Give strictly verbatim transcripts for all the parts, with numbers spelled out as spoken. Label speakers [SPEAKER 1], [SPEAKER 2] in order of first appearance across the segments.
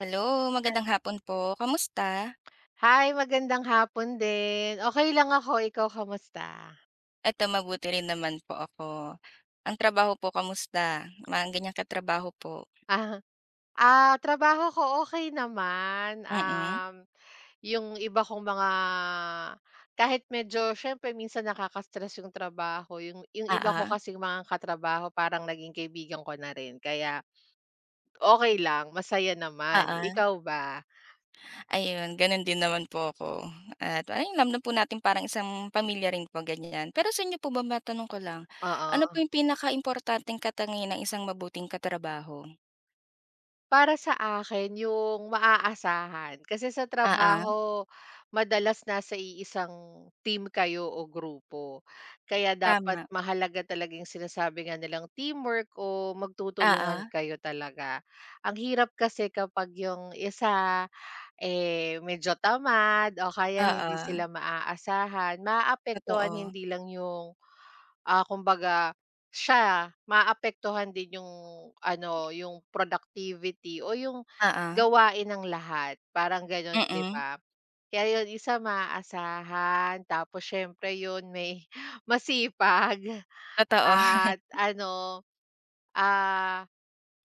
[SPEAKER 1] Hello, magandang hapon po. Kamusta?
[SPEAKER 2] Hi, magandang hapon din. Okay lang ako, ikaw kamusta?
[SPEAKER 1] Eto mabuti rin naman po ako. Ang trabaho po kamusta? Mga ganyan katrabaho po.
[SPEAKER 2] Ah, ah, Trabaho ko okay naman.
[SPEAKER 1] Mm.
[SPEAKER 2] Um, yung iba kong mga kahit medyo siyempre minsan nakaka-stress yung trabaho, yung yung iba ko
[SPEAKER 1] Oo,
[SPEAKER 2] kasing mga katrabaho parang naging kaibigan ko na rin kaya okay lang, masaya naman.
[SPEAKER 1] oo.
[SPEAKER 2] Ikaw ba?
[SPEAKER 1] Ayun, gano'n din naman po ako at ayun alam na po natin parang isang pamilya rin po ganyan. Pero sa inyo po ba matanong ko lang, ano po
[SPEAKER 2] Oo.
[SPEAKER 1] yung pinakaimportanteng katangian ng isang mabuting katrabaho?
[SPEAKER 2] Para sa akin yung maaasahan. Kasi sa
[SPEAKER 1] Oo,
[SPEAKER 2] trabaho madalas nasa iisang team kayo o grupo. Kaya dapat
[SPEAKER 1] tama.
[SPEAKER 2] mahalaga talaga yung sinasabi nga nilang teamwork o magtutulungan
[SPEAKER 1] Oo,
[SPEAKER 2] kayo talaga. Ang hirap kasi kapag yung isa, eh, medyo tamad o kaya hindi sila
[SPEAKER 1] oo,
[SPEAKER 2] maaasahan, maaapektuhan
[SPEAKER 1] totoo.
[SPEAKER 2] hindi lang yung. Ah, kumbaga siya maapektuhan din yung ano, yung productivity o yung
[SPEAKER 1] Oo,
[SPEAKER 2] gawain ng lahat, parang gano'n, 'di
[SPEAKER 1] mm,
[SPEAKER 2] ba? Kaya 'yun, isa maaasahan tapos siyempre 'yun may masipag.
[SPEAKER 1] totoo.
[SPEAKER 2] At ano, ah,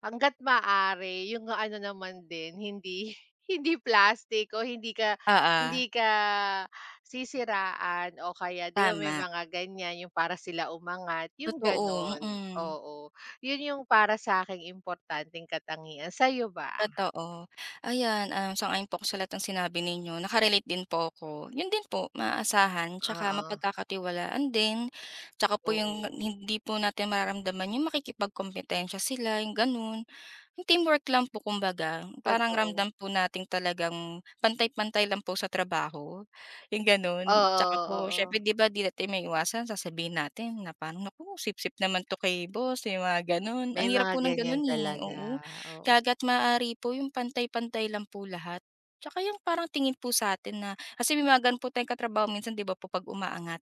[SPEAKER 2] hangga't maaari yung ano naman din hindi hindi plastic o hindi ka
[SPEAKER 1] Oo,
[SPEAKER 2] hindi ka sisiraan o kaya 'di ba may
[SPEAKER 1] tama.
[SPEAKER 2] mga ganyan yung para sila umangat, yung
[SPEAKER 1] Totoo,
[SPEAKER 2] gano'n.
[SPEAKER 1] mm,
[SPEAKER 2] Oo, yun yung para sa sa'king importanteng katangian, sa'yo ba?
[SPEAKER 1] totoo. Ayan, ah, sang-ayon po ako sa lahat ng sinabi ninyo, naka-relate din po ako. Yun din po, maaasahan tsaka
[SPEAKER 2] Oo,
[SPEAKER 1] mapagkakatiwalaan din, tsaka po yung
[SPEAKER 2] oo,
[SPEAKER 1] hindi po natin mararamdaman yung makikipagkompetensya sila, yung gano'n. Teamwork lang po kumbaga, parang
[SPEAKER 2] totoo.
[SPEAKER 1] ramdam po natin talagang pantay-pantay lang po sa trabaho, yung
[SPEAKER 2] Oo,
[SPEAKER 1] gano'n. Tsaka po
[SPEAKER 2] oo,
[SPEAKER 1] siyempre 'di
[SPEAKER 2] oo.
[SPEAKER 1] ba 'di natin maiwasan sasabihin natin na parang, "Naku sipsip naman 'to kay boss," yung mga gano'n.
[SPEAKER 2] May
[SPEAKER 1] Ang hirap
[SPEAKER 2] mga
[SPEAKER 1] po ng
[SPEAKER 2] ganyan
[SPEAKER 1] gano'n, eh,
[SPEAKER 2] talaga,
[SPEAKER 1] oo.
[SPEAKER 2] oo.
[SPEAKER 1] Kaya hangga't maaari po yung pantay-pantay lang po lahat. Tsaka yung parang tingin po sa'tin na kasi may mga gano'n po tayong katrabaho minsan 'di ba po 'pag umaangat.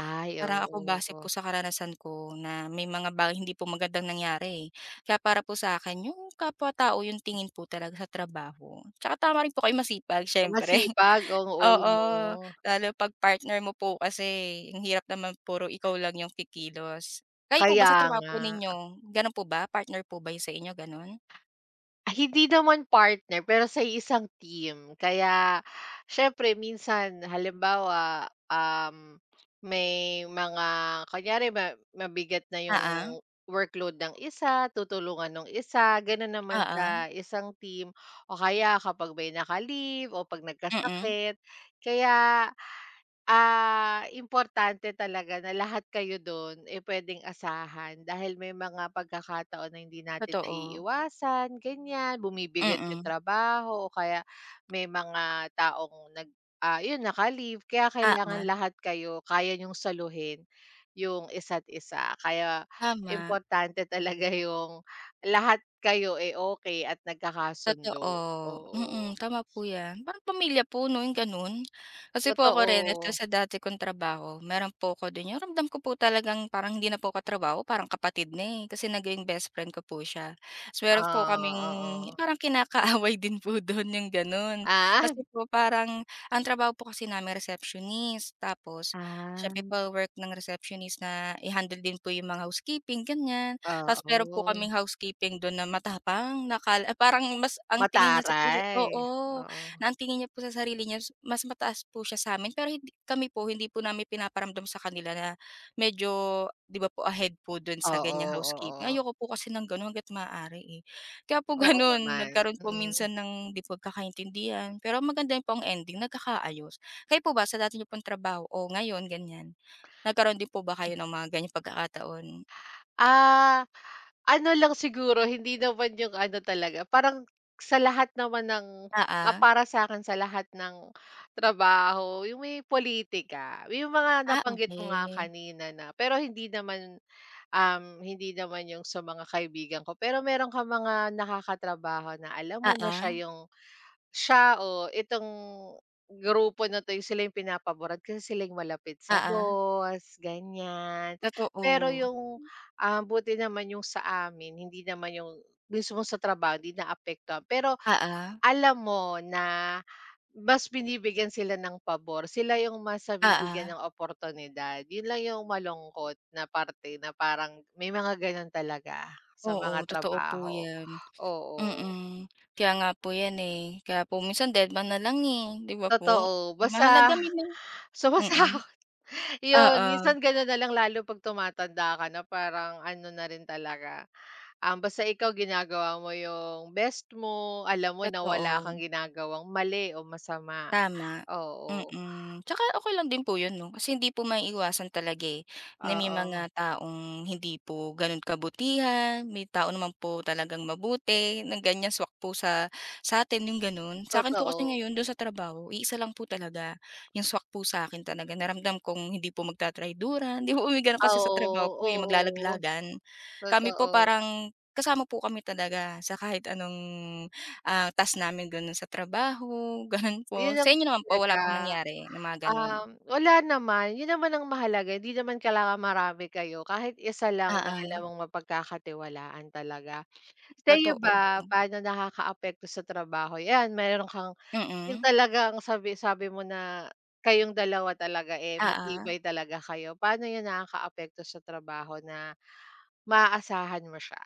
[SPEAKER 2] Ay,
[SPEAKER 1] Para ako base
[SPEAKER 2] oo.
[SPEAKER 1] po sa karanasan ko na may mga bagay hindi po magandang nangyari, eh. Kaya para po sa akin yung kapwa-tao yung tingin po talaga sa trabaho. Tsaka tama rin po kayong masipag siyempre,
[SPEAKER 2] Masipag, oo
[SPEAKER 1] oo.
[SPEAKER 2] 'no.
[SPEAKER 1] Lalo 'pag partner mo po kasi ang hirap naman puro ikaw lang yung kikilos. Kayo po ba
[SPEAKER 2] Kaya
[SPEAKER 1] sa trabaho
[SPEAKER 2] nga.
[SPEAKER 1] po ninyo, gano'n po ba? Partner po ba yung sa inyo gano'n?
[SPEAKER 2] Ah, Hindi naman partner pero sa isang team. Kaya syempre minsan halimbawa, um, may mga kunyari ma mabigat na yung
[SPEAKER 1] Oo,
[SPEAKER 2] workload ng isa, tutulungan ng isa, gano'n naman
[SPEAKER 1] oo,
[SPEAKER 2] sa isang team o kaya kapag may naka-leave o 'pag
[SPEAKER 1] mm,
[SPEAKER 2] nagkasakit. Kaya Ah, importante talaga na lahat kayo dun, eh, pwedeng asahan dahil may mga pagkakataon na hindi natin
[SPEAKER 1] totoo,
[SPEAKER 2] naiiwasan, ganyan. Bumibigat yung
[SPEAKER 1] mm,
[SPEAKER 2] trabaho o kaya may mga taong nag ah, yun naka-leave kaya
[SPEAKER 1] oo,
[SPEAKER 2] kailangan lahat kayo kaya yung saluhin yung isa't isa. Kaya
[SPEAKER 1] tama.
[SPEAKER 2] importante talaga yung lahat kayo, eh, okay at nagkakasundo.
[SPEAKER 1] Totoo,
[SPEAKER 2] Oo,
[SPEAKER 1] mm, tama po 'yan. Parang pamilya po 'no, yung gano'n. Kasi po ako rin ito
[SPEAKER 2] totoo.
[SPEAKER 1] sa dati kong trabaho, meron po ako din yung ramdam ko po talagang parang hindi na po katrabaho, parang kapatid na, eh, kasi naging best friend ko po siya. Ta's meron po kaming
[SPEAKER 2] Ah, oo.
[SPEAKER 1] parang kinakaaway din po do'n, yung gano'n.
[SPEAKER 2] Ah.
[SPEAKER 1] Kasi po parang ang trabaho po kasi namin receptionist, tapos siyempre
[SPEAKER 2] Ah.
[SPEAKER 1] pa work ng receptionist na i-handle din po yung mga housekeeping, ganiyan. Tapos meron po
[SPEAKER 2] Oo,
[SPEAKER 1] kaming housekeeping dun na matapang nakal akala ah, parang mas ang tingin niya sa puso
[SPEAKER 2] mataray,
[SPEAKER 1] oo,
[SPEAKER 2] oo.
[SPEAKER 1] na ang tingin niya po sa sarili niya mas mataas po siya sa'min pero hindi kami po hindi po namin pinaparamdam sa kanila na medyo 'di ba po ahead po dun sa ganyang
[SPEAKER 2] Oo,
[SPEAKER 1] housekeeping.
[SPEAKER 2] oo.
[SPEAKER 1] Ayoko po kasi ng gano'n hangga't maaari, eh. Kaya po
[SPEAKER 2] Oo
[SPEAKER 1] gano'n
[SPEAKER 2] naman,
[SPEAKER 1] nagkaroon po
[SPEAKER 2] mm.
[SPEAKER 1] minsan ng 'di pagkakaintindihan pero maganda po ang ending nagkakaayos. Kayo po ba sa dati niyo pong trabaho o ngayon ganyan, nagkaroon din po ba kayo ng mga ganyang pagkakataon?
[SPEAKER 2] Ah, ano lang siguro hindi naman yung ano talaga parang sa lahat naman ng
[SPEAKER 1] Oo.
[SPEAKER 2] ah, para sa'kin sa lahat ng trabaho yung may politika, yung mga
[SPEAKER 1] Ah,
[SPEAKER 2] nabanggit mo nga
[SPEAKER 1] okey.
[SPEAKER 2] kanina na pero hindi naman, um, hindi naman yung sa mga kaibigan ko pero meron kang mga nakakatrabaho na alam mo na
[SPEAKER 1] Oo,
[SPEAKER 2] siya yung. Siya, oh, itong grupo na 'to, yung sila yung pinapaboran kasi sila yung malapit sa
[SPEAKER 1] oo.
[SPEAKER 2] boss, ganyan. Pero
[SPEAKER 1] Totoo.
[SPEAKER 2] yung, ah, buti naman yung sa amin hindi naman yung mismo sa trabaho hindi naapektuhan. Pero
[SPEAKER 1] Oo,
[SPEAKER 2] alam mo na mas binibigyan sila ng pabor, sila yung mas
[SPEAKER 1] oo.
[SPEAKER 2] nabibigyan ng oportunidad. Yun lang yung malungkot na parte na parang may mga ganun talaga sa
[SPEAKER 1] Oo,
[SPEAKER 2] mga
[SPEAKER 1] totoo po
[SPEAKER 2] trabaho,
[SPEAKER 1] 'yan.
[SPEAKER 2] oo.
[SPEAKER 1] Mm, kaya nga po 'yan, eh. Kaya po minsan dedma na lang, eh, 'di ba po?
[SPEAKER 2] Totoo, basta
[SPEAKER 1] Mahalaga may mga mm,
[SPEAKER 2] sumasama.
[SPEAKER 1] oo,
[SPEAKER 2] Yun, minsan gano'n na lang lalo 'pag tumatanda ka na parang ano na rin talaga, um, basta ikaw ginagawa mo yung best mo, alam mo na wala
[SPEAKER 1] totoo.
[SPEAKER 2] kang ginagawang mali o masama.
[SPEAKER 1] Tama,
[SPEAKER 2] Oo,
[SPEAKER 1] mm. Tsaka okey lang din po 'yun 'no, kasi hindi po maiiwasan talaga, eh, na may
[SPEAKER 2] oo,
[SPEAKER 1] mga taong hindi po gano'n kabutihan, may tao naman po talagang mabuti na ganyan swak po sa sa'tin, yung gano'n. Sa'kin po kasi
[SPEAKER 2] totoo.
[SPEAKER 1] ngayon do'n sa trabaho, iisa lang po talaga yung swak po sa'kin talaga na ramdam kong hindi po magtatrayduran, hindi po kami gano'n kasi sa
[SPEAKER 2] Oo,
[SPEAKER 1] trabaho po, eh,
[SPEAKER 2] oo,
[SPEAKER 1] maglalaglagan. Kami po
[SPEAKER 2] totoo.
[SPEAKER 1] parang kasama po kami talaga sa kahit anong ah, task namin gano'n sa trabaho, gano'n
[SPEAKER 2] Yun
[SPEAKER 1] po.
[SPEAKER 2] ang
[SPEAKER 1] Sa inyo naman po
[SPEAKER 2] talaga.
[SPEAKER 1] wala pong nangyari na mga gano'n?
[SPEAKER 2] Um, wala naman, yun naman ang mahalaga hindi naman kailangan marami kayo kahit isa lang na
[SPEAKER 1] Oo,
[SPEAKER 2] alam mong mapagkakatiwalaan talaga. Sa'yo
[SPEAKER 1] totoo.
[SPEAKER 2] ba, paano nakakaapekto sa trabaho 'yan meron kang yung
[SPEAKER 1] Mm,
[SPEAKER 2] talagang sabi sabi mo na kayong dalawa talaga, eh,
[SPEAKER 1] oo.
[SPEAKER 2] matibay talaga kayo. Paano 'yun nakakaapekto sa trabaho na maaasahan mo siya?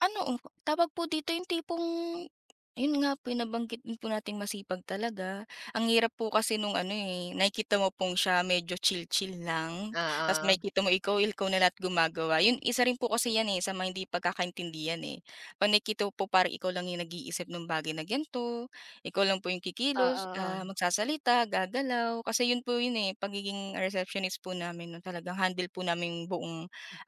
[SPEAKER 1] Ano, oh, tawag po dito yung tipong yun nga po, yung nabanggit din po nating masipag talaga. Ang hirap po kasi nung ano, eh, nakikita mo pong siya medyo chill-chill lang, ta's
[SPEAKER 2] Oo,
[SPEAKER 1] makikita mo ikaw, ikaw na lahat gumagawa. Yun, isa rin po kasi yan, eh, sa mga hindi pagkakaintindihan, eh. 'Pag nakikita mo po parang ikaw lang yung nag-iisip nung bagay na ganito, ikaw lang po yung
[SPEAKER 2] oo,
[SPEAKER 1] kikilos, ah,
[SPEAKER 2] oo,
[SPEAKER 1] magsasalita, gagalaw. Kasi yun po yun, eh, pagiging receptionist po namin nun talagang handle po namin yung buong,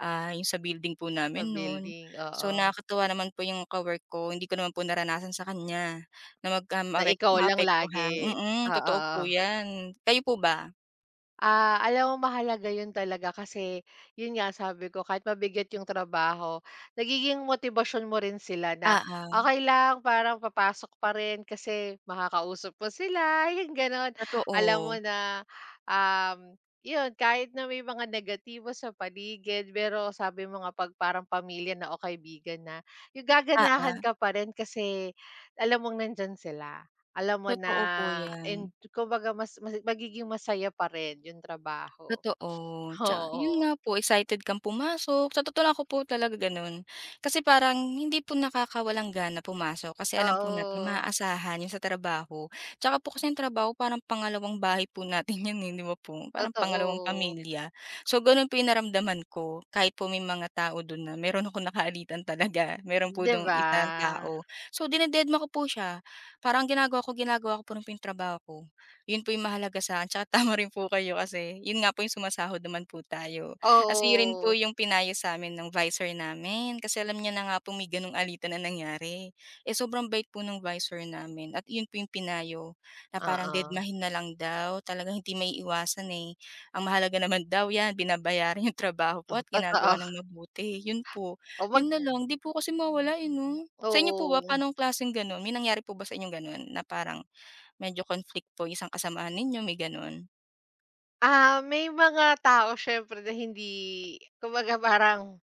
[SPEAKER 1] ah, yung sa building po
[SPEAKER 2] sa
[SPEAKER 1] namin nun.
[SPEAKER 2] building,
[SPEAKER 1] So,
[SPEAKER 2] oo,
[SPEAKER 1] nakakatuwa naman po yung ka ko, hindi ko naman po naranasan sa kanya na mag, um,
[SPEAKER 2] na
[SPEAKER 1] apek
[SPEAKER 2] ikaw lang
[SPEAKER 1] maapektuhan,
[SPEAKER 2] lagi,
[SPEAKER 1] mm,
[SPEAKER 2] oo.
[SPEAKER 1] totoo po 'yan. Kayo po ba?
[SPEAKER 2] Ah, alam mo mahalaga 'yun talaga kasi 'yun nga sabi ko kahit mabigat yung trabaho, nagiging motibasyon mo rin sila na
[SPEAKER 1] Oo,
[SPEAKER 2] okey lang parang papasok pa rin kasi makakausap mo sila, yung gano'n. Alam mo
[SPEAKER 1] totoo.
[SPEAKER 2] na, um, 'yun kahit na may mga negatibo sa paligid pero sabi mo nga 'pag parang pamilya na o kaibigan na, yung
[SPEAKER 1] Oo,
[SPEAKER 2] gaganahan ka pa rin kasi alam mong nandiyan sila. Alam mo na
[SPEAKER 1] totoo po 'yan.
[SPEAKER 2] and kumbaga mas mas magiging masaya pa rin yung trabaho.
[SPEAKER 1] Totoo, tsa yun
[SPEAKER 2] Oo.
[SPEAKER 1] nga po excited kang pumasok, sa totoo lang ako po talaga gano'n. Kasi parang hindi po nakakawalang gana pumasok kasi alam po natin
[SPEAKER 2] Oo,
[SPEAKER 1] maaasahan yung sa trabaho. Tsaka po kasi yung trabaho parang pangalawang bahay po natin yun, eh, 'di ba po? Parang pangalawang
[SPEAKER 2] totoo.
[SPEAKER 1] pamilya. So gano'n po yung naramdaman ko kahit po may mga tao do'n na meron akong nakaalitan talaga, meron po
[SPEAKER 2] 'Di
[SPEAKER 1] do'ng
[SPEAKER 2] ba?
[SPEAKER 1] isang tao. So dinededma ko po siya, parang ginagawa ko ginagawa ko pa rin po yung trabaho ko. Yun po yung mahalaga sa'kin tsaka tama rin po kayo kasi yun nga po yung sumasahod naman po tayo. Kasi yun rin
[SPEAKER 2] Oo.
[SPEAKER 1] po yung pinayo sa'min ng visor namin kasi alam niya na nga po may gano'ng alitan na nangyari. Eh, sobrang bait po ng visor namin at yun po yung pinayo na parang
[SPEAKER 2] Oo.
[SPEAKER 1] dedmahin na lang daw, talagang hindi maiiwasan, eh. Ang mahalaga naman daw 'yan binabayaran yung trabaho po
[SPEAKER 2] Oh,
[SPEAKER 1] at ginagawa
[SPEAKER 2] totoo.
[SPEAKER 1] ng mabuti, yun po.
[SPEAKER 2] O mag
[SPEAKER 1] Yun na lang, 'di po kasi mawala eh, 'no? Sa inyo po ba,
[SPEAKER 2] oo.
[SPEAKER 1] pa'nong klaseng gano'n? May nangyari po ba sa inyong gano'n na parang medyo conflict po isang kasamahan ninyo, may gano'n?
[SPEAKER 2] Ah, may mga tao siyempre na hindi kumbaga parang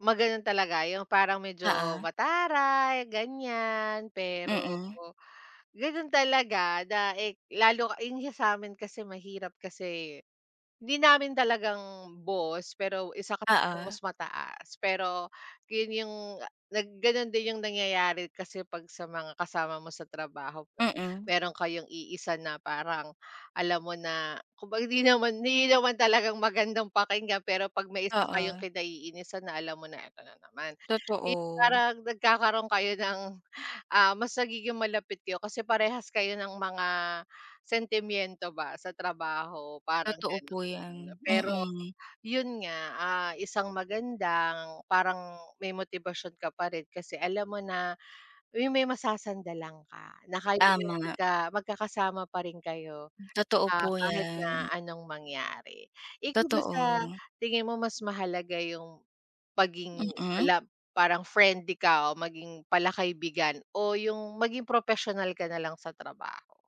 [SPEAKER 2] ma talaga yung parang medyo
[SPEAKER 1] Oo.
[SPEAKER 2] mataray, ganyan. Pero
[SPEAKER 1] Mm.
[SPEAKER 2] gano'n talaga na, eh, lalo yung sa amin kasi mahirap kasi. Hindi namin talagang boss, pero isa kasi ang mas
[SPEAKER 1] Oo.
[SPEAKER 2] mataas. Pero yun yung nag gano'n din yung nangyayari kasi 'pag sa mga kasama mo sa trabaho, 'pag
[SPEAKER 1] Mm.
[SPEAKER 2] meron kayong iisa na parang alam mo na kumbaga hindi naman hindi naman talagang magandang pakinggan, pero 'pag may isa kayong
[SPEAKER 1] Oo,
[SPEAKER 2] kinaiinisan na alam mo na, "Eto na naman." Yung
[SPEAKER 1] totoo.
[SPEAKER 2] parang nagkakaroon kayo ng, ah, mas nagiging malapit kayo kasi parehas kayo ng mga sentimiento ba sa trabaho, parang
[SPEAKER 1] Totoo po
[SPEAKER 2] gano'n.
[SPEAKER 1] 'yan,
[SPEAKER 2] Mm, Pero
[SPEAKER 1] mm.
[SPEAKER 2] yun nga, ah, isang magandang parang may motibasyon ka pa rin kasi alam mo na yung may masasandalan ka na kayo yung
[SPEAKER 1] Tama,
[SPEAKER 2] magka magkakasama pa rin kayo,
[SPEAKER 1] totoo
[SPEAKER 2] ah,
[SPEAKER 1] po
[SPEAKER 2] kahit
[SPEAKER 1] 'yan.
[SPEAKER 2] na anong mangyari. Ikaw ba sa
[SPEAKER 1] Totoo,
[SPEAKER 2] tingin mo mas mahalaga yung paging
[SPEAKER 1] mm.
[SPEAKER 2] pala parang friendly ka o maging palakaibigan o yung maging propesyonal ka na lang sa trabaho?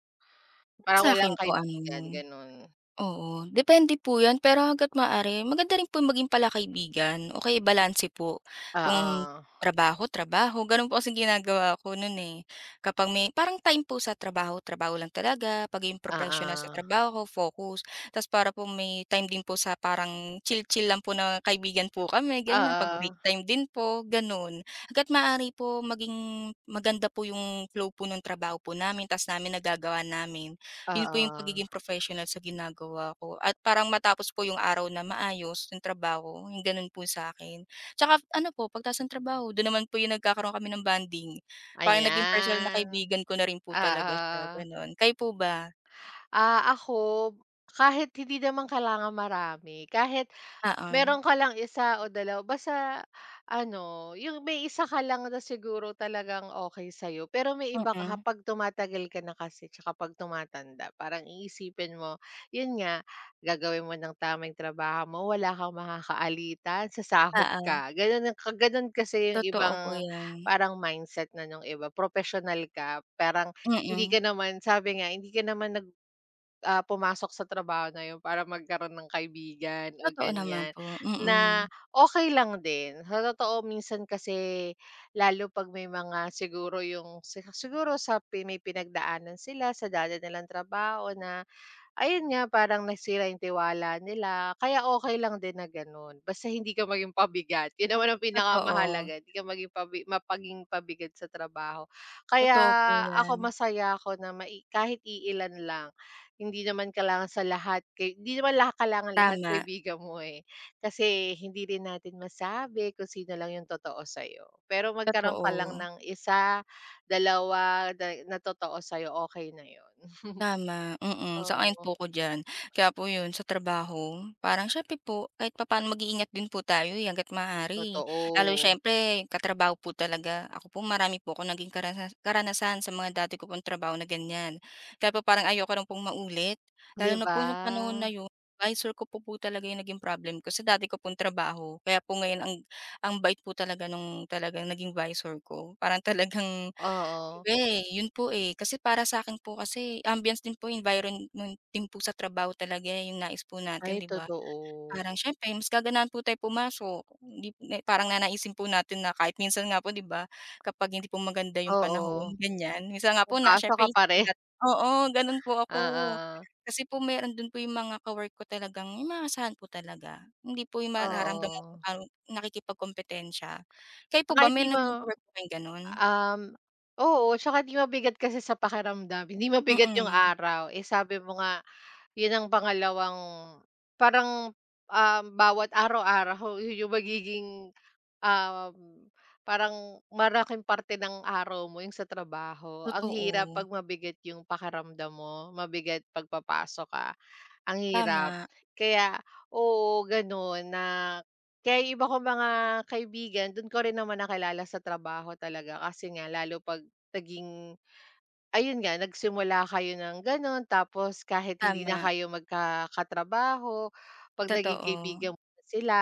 [SPEAKER 1] Para
[SPEAKER 2] Parang walang
[SPEAKER 1] sa'kin po
[SPEAKER 2] kaibigan,
[SPEAKER 1] ano
[SPEAKER 2] ganun.
[SPEAKER 1] oo, depende po 'yan pero hangga't maaari maganda rin po maging palakaibigan o kaya balanse po. Kung
[SPEAKER 2] Oo,
[SPEAKER 1] trabaho, trabaho gano'n po kasing ginagawa ko no'n, eh. Kapag may parang time po sa trabaho, trabaho lang talaga, pagiging propesyonal sa
[SPEAKER 2] oo,
[SPEAKER 1] trabaho, focus. Tapos para po may time din po sa parang chill-chill lang po na kaibigan po kami ganyan, 'pag break
[SPEAKER 2] oo.
[SPEAKER 1] time din po, gano'n. Hangga't maaari po maging maganda po yung flow po nung trabaho po namin ta's namin nagagawa namin. Yun po yung
[SPEAKER 2] Oo,
[SPEAKER 1] pagiging professional sa ginagawa ko at parang matapos po yung araw na maayos yung trabaho, yung ganun po sa akin. Tsaka ano po pagtapos ng trabaho dun naman po yung nagkakaroon kami ng bonding, parang naging personal na
[SPEAKER 2] ayan,
[SPEAKER 1] kaibigan ko na rin po talaga siya
[SPEAKER 2] oo.
[SPEAKER 1] gano'n. Kayo po ba?
[SPEAKER 2] Ah, ako kahit hindi naman kailangan marami, kahit
[SPEAKER 1] Oo,
[SPEAKER 2] meron ka lang isa o dalawa basta ano, yung may isa ka lang na siguro talagang okey sa'yo, pero may iba ka
[SPEAKER 1] mm,
[SPEAKER 2] kapag tumatagal ka na kasi tsaka 'pag tumatanda parang iisipin mo, yun nga, gagawin mo ng tamang trabaho mo, wala kang makakaalitan, sasahod
[SPEAKER 1] oo,
[SPEAKER 2] ka, ganun ang ka ganun kasi yung
[SPEAKER 1] totoo po
[SPEAKER 2] ibang
[SPEAKER 1] 'yan.
[SPEAKER 2] parang mindset na nung iba. Professional ka, parang hindi ka
[SPEAKER 1] Mm,
[SPEAKER 2] naman sabi nga, hindi ka naman nag Ah, pumasok sa trabaho na yun para magkaroon ng kaibigan o
[SPEAKER 1] totoo naman
[SPEAKER 2] ganyan,
[SPEAKER 1] po,
[SPEAKER 2] na
[SPEAKER 1] mm,
[SPEAKER 2] okay lang din. Sa totoo minsan kasi lalo 'pag may mga siguro yung si siguro sa pi may pinagdaanan sila sa dati nilang trabaho na. Ayun nga, parang nasira yung tiwala nila, kaya okey lang din na gano'n, basta hindi ka maging pabigat, yun naman ang
[SPEAKER 1] totoo,
[SPEAKER 2] pinakamahalaga, hindi ka maging pabi mapaging pabigat sa trabaho. Kaya
[SPEAKER 1] totoo po 'yan.
[SPEAKER 2] ako masaya ako na mai kahit iilan lang, hindi naman kailangan sa lahat kay hindi naman lahat kailangan lahat
[SPEAKER 1] Tama,
[SPEAKER 2] kaibigan mo, eh, kasi hindi rin natin masabi kung sino lang yung totoo sa'yo. Pero magkaroon ka
[SPEAKER 1] totoo.
[SPEAKER 2] lang ng isa, dalawa na na totoo sa'yo, okey na yun,
[SPEAKER 1] Tama, mm, sang-ayon
[SPEAKER 2] oo.
[SPEAKER 1] po ako diyan. Kaya po 'yun sa trabaho, parang siyempre po kahit papaano mag-iingat din po tayo, eh, hangga't maaari. Lalo
[SPEAKER 2] Totoo,
[SPEAKER 1] siyempre katrabaho po talaga. Ako po marami po akong naging karana karanasan sa mga dati ko pong trabaho na ganiyan. Kaya po parang ayoko rin pong maulit,
[SPEAKER 2] 'di
[SPEAKER 1] lalo na
[SPEAKER 2] ba?
[SPEAKER 1] po sa panahon na 'yun advisor ko po po talaga 'yung naging problem ko sa dati ko pong trabaho. Kaya po ngayon ang ang bait po talaga nung talagang naging visor ko. Parang talagang
[SPEAKER 2] Oo.
[SPEAKER 1] iba, eh, yun po, eh. Kasi para sa'kin po kasi ambiance din po, environment din po sa trabaho talaga eh, yung nais po
[SPEAKER 2] Ay
[SPEAKER 1] natin, 'di ba?
[SPEAKER 2] totoo.
[SPEAKER 1] Parang siyempre mas gaganahan po tayo pumasok, hindi eh, parang nanaisin po natin na kahit minsan nga po, 'di ba, kapag hindi po maganda yung
[SPEAKER 2] Oo,
[SPEAKER 1] panahon, ganyan. Minsan nga po na
[SPEAKER 2] papasok ka
[SPEAKER 1] siyempre
[SPEAKER 2] pa
[SPEAKER 1] isipin
[SPEAKER 2] rin,
[SPEAKER 1] nat oo, gano'n po ako.
[SPEAKER 2] oo,
[SPEAKER 1] Kasi po meron do'n po yung mga ka-work ko talagang yung maasahan po talaga. Hindi po yung mararamdaman
[SPEAKER 2] oo.
[SPEAKER 1] kung parang nakikipagkompetensya. Kayo po
[SPEAKER 2] 'Tsaka
[SPEAKER 1] ba may
[SPEAKER 2] hindi
[SPEAKER 1] naging
[SPEAKER 2] mo.
[SPEAKER 1] ka-work po kayong gano'n?
[SPEAKER 2] Um, oo, tsaka 'di mabigat kasi sa pakiramdam, hindi mabigat yung
[SPEAKER 1] Mm.
[SPEAKER 2] araw. Eh, sabi mo nga, yun ang pangalawang parang, um, bawat araw-araw yun yung magiging, um, parang malaking parte ng araw mo yung sa trabaho. Ang hirap
[SPEAKER 1] Totoo.
[SPEAKER 2] 'pag mabigat yung pakiramdam mo, mabigat 'pag papasok ka, ang hirap.
[SPEAKER 1] Tama,
[SPEAKER 2] Kaya oo, ganun na kaya yung iba kong mga kaibigan dun ko rin naman nakilala sa trabaho talaga kasi nga lalo 'pag naging ayun nga nagsimula kayo ng gano'n tapos kahit hindi na
[SPEAKER 1] tama,
[SPEAKER 2] kayo magka katrabaho, 'pag naging
[SPEAKER 1] totoo,
[SPEAKER 2] kaibigan mo na sila,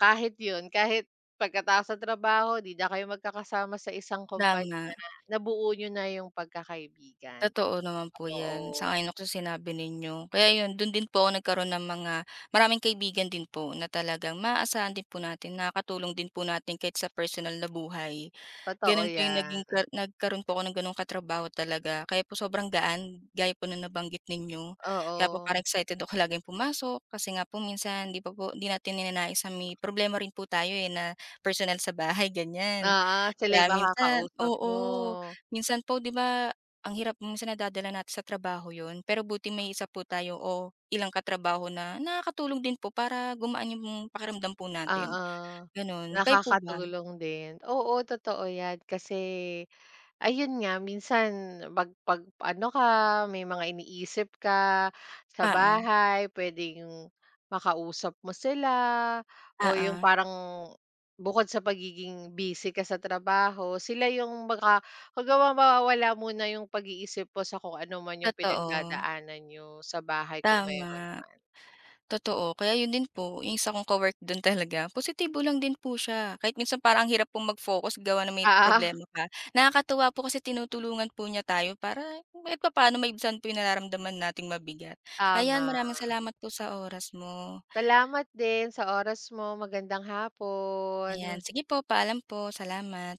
[SPEAKER 2] kahit yun, kahit pagkatapos ng trabaho 'di na kayo magkakasama sa isang
[SPEAKER 1] tama.
[SPEAKER 2] kumpanya, nabuo niyo na yung pagkakaibigan.
[SPEAKER 1] Totoo naman po 'yan,
[SPEAKER 2] Oo,
[SPEAKER 1] sang-ayon ako sa sinabi ninyo. Kaya 'yun, dun din po ako nagkaroon ng mga maraming kaibigan din po na talagang maaasahan din po natin, nakakatulong din po natin kahit sa personal na buhay.
[SPEAKER 2] totoo
[SPEAKER 1] Gano'n po 'yung naging
[SPEAKER 2] yan.
[SPEAKER 1] ka nagkaroon po ako ng gano'ng katrabaho talaga. Kaya po sobrang gaan, gaya po ng nabanggit ninyo. Kaya po
[SPEAKER 2] Oo,
[SPEAKER 1] parang excited ako laging pumasok kasi nga po minsan 'di pa po 'di natin ninanais na may problema rin po tayo, eh, na personal sa bahay, ganyan.
[SPEAKER 2] oo, sila yung
[SPEAKER 1] Kaya minsan
[SPEAKER 2] makakausap mo.
[SPEAKER 1] oo, minsan po 'di ba, ang hirap minsan nadadala natin sa trabaho 'yun, pero buti may isa po tayo o ilang katrabaho na nakakatulong din po para gumaan yung pakiramdam po natin,
[SPEAKER 2] Oo,
[SPEAKER 1] gano'n. Kayo po ba?
[SPEAKER 2] nakakatulong din. Oo, totoo 'yan kasi ayun nga minsan 'pag 'pag ano ka, may mga iniisip ka sa
[SPEAKER 1] Oo,
[SPEAKER 2] bahay, puwedeng makausap mo sila o yung
[SPEAKER 1] oo,
[SPEAKER 2] parang bukod sa pagiging busy ka sa trabaho, sila yung maka kumbaga mawawala muna yung pag-iisip po sa kung ano man yung
[SPEAKER 1] totoo,
[SPEAKER 2] pinagdadaanan niyo sa bahay kung meron
[SPEAKER 1] tama.
[SPEAKER 2] man.
[SPEAKER 1] Totoo, kaya yun din po, yung isa kong ka-work doon talaga, positibo lang din po siya. Kahit minsan parang ang hirap pong mag-focus gawa ng may
[SPEAKER 2] Ah,
[SPEAKER 1] problema ka, nakakatuwa po kasi tinutulungan po niya tayo para kahit pa paano maibsan po yung nararamdaman nating mabigat. Ayan,
[SPEAKER 2] tama.
[SPEAKER 1] maraming salamat po sa oras mo.
[SPEAKER 2] Salamat din sa oras mo. Magandang hapon.
[SPEAKER 1] Ayan, sige po, paalam po, salamat.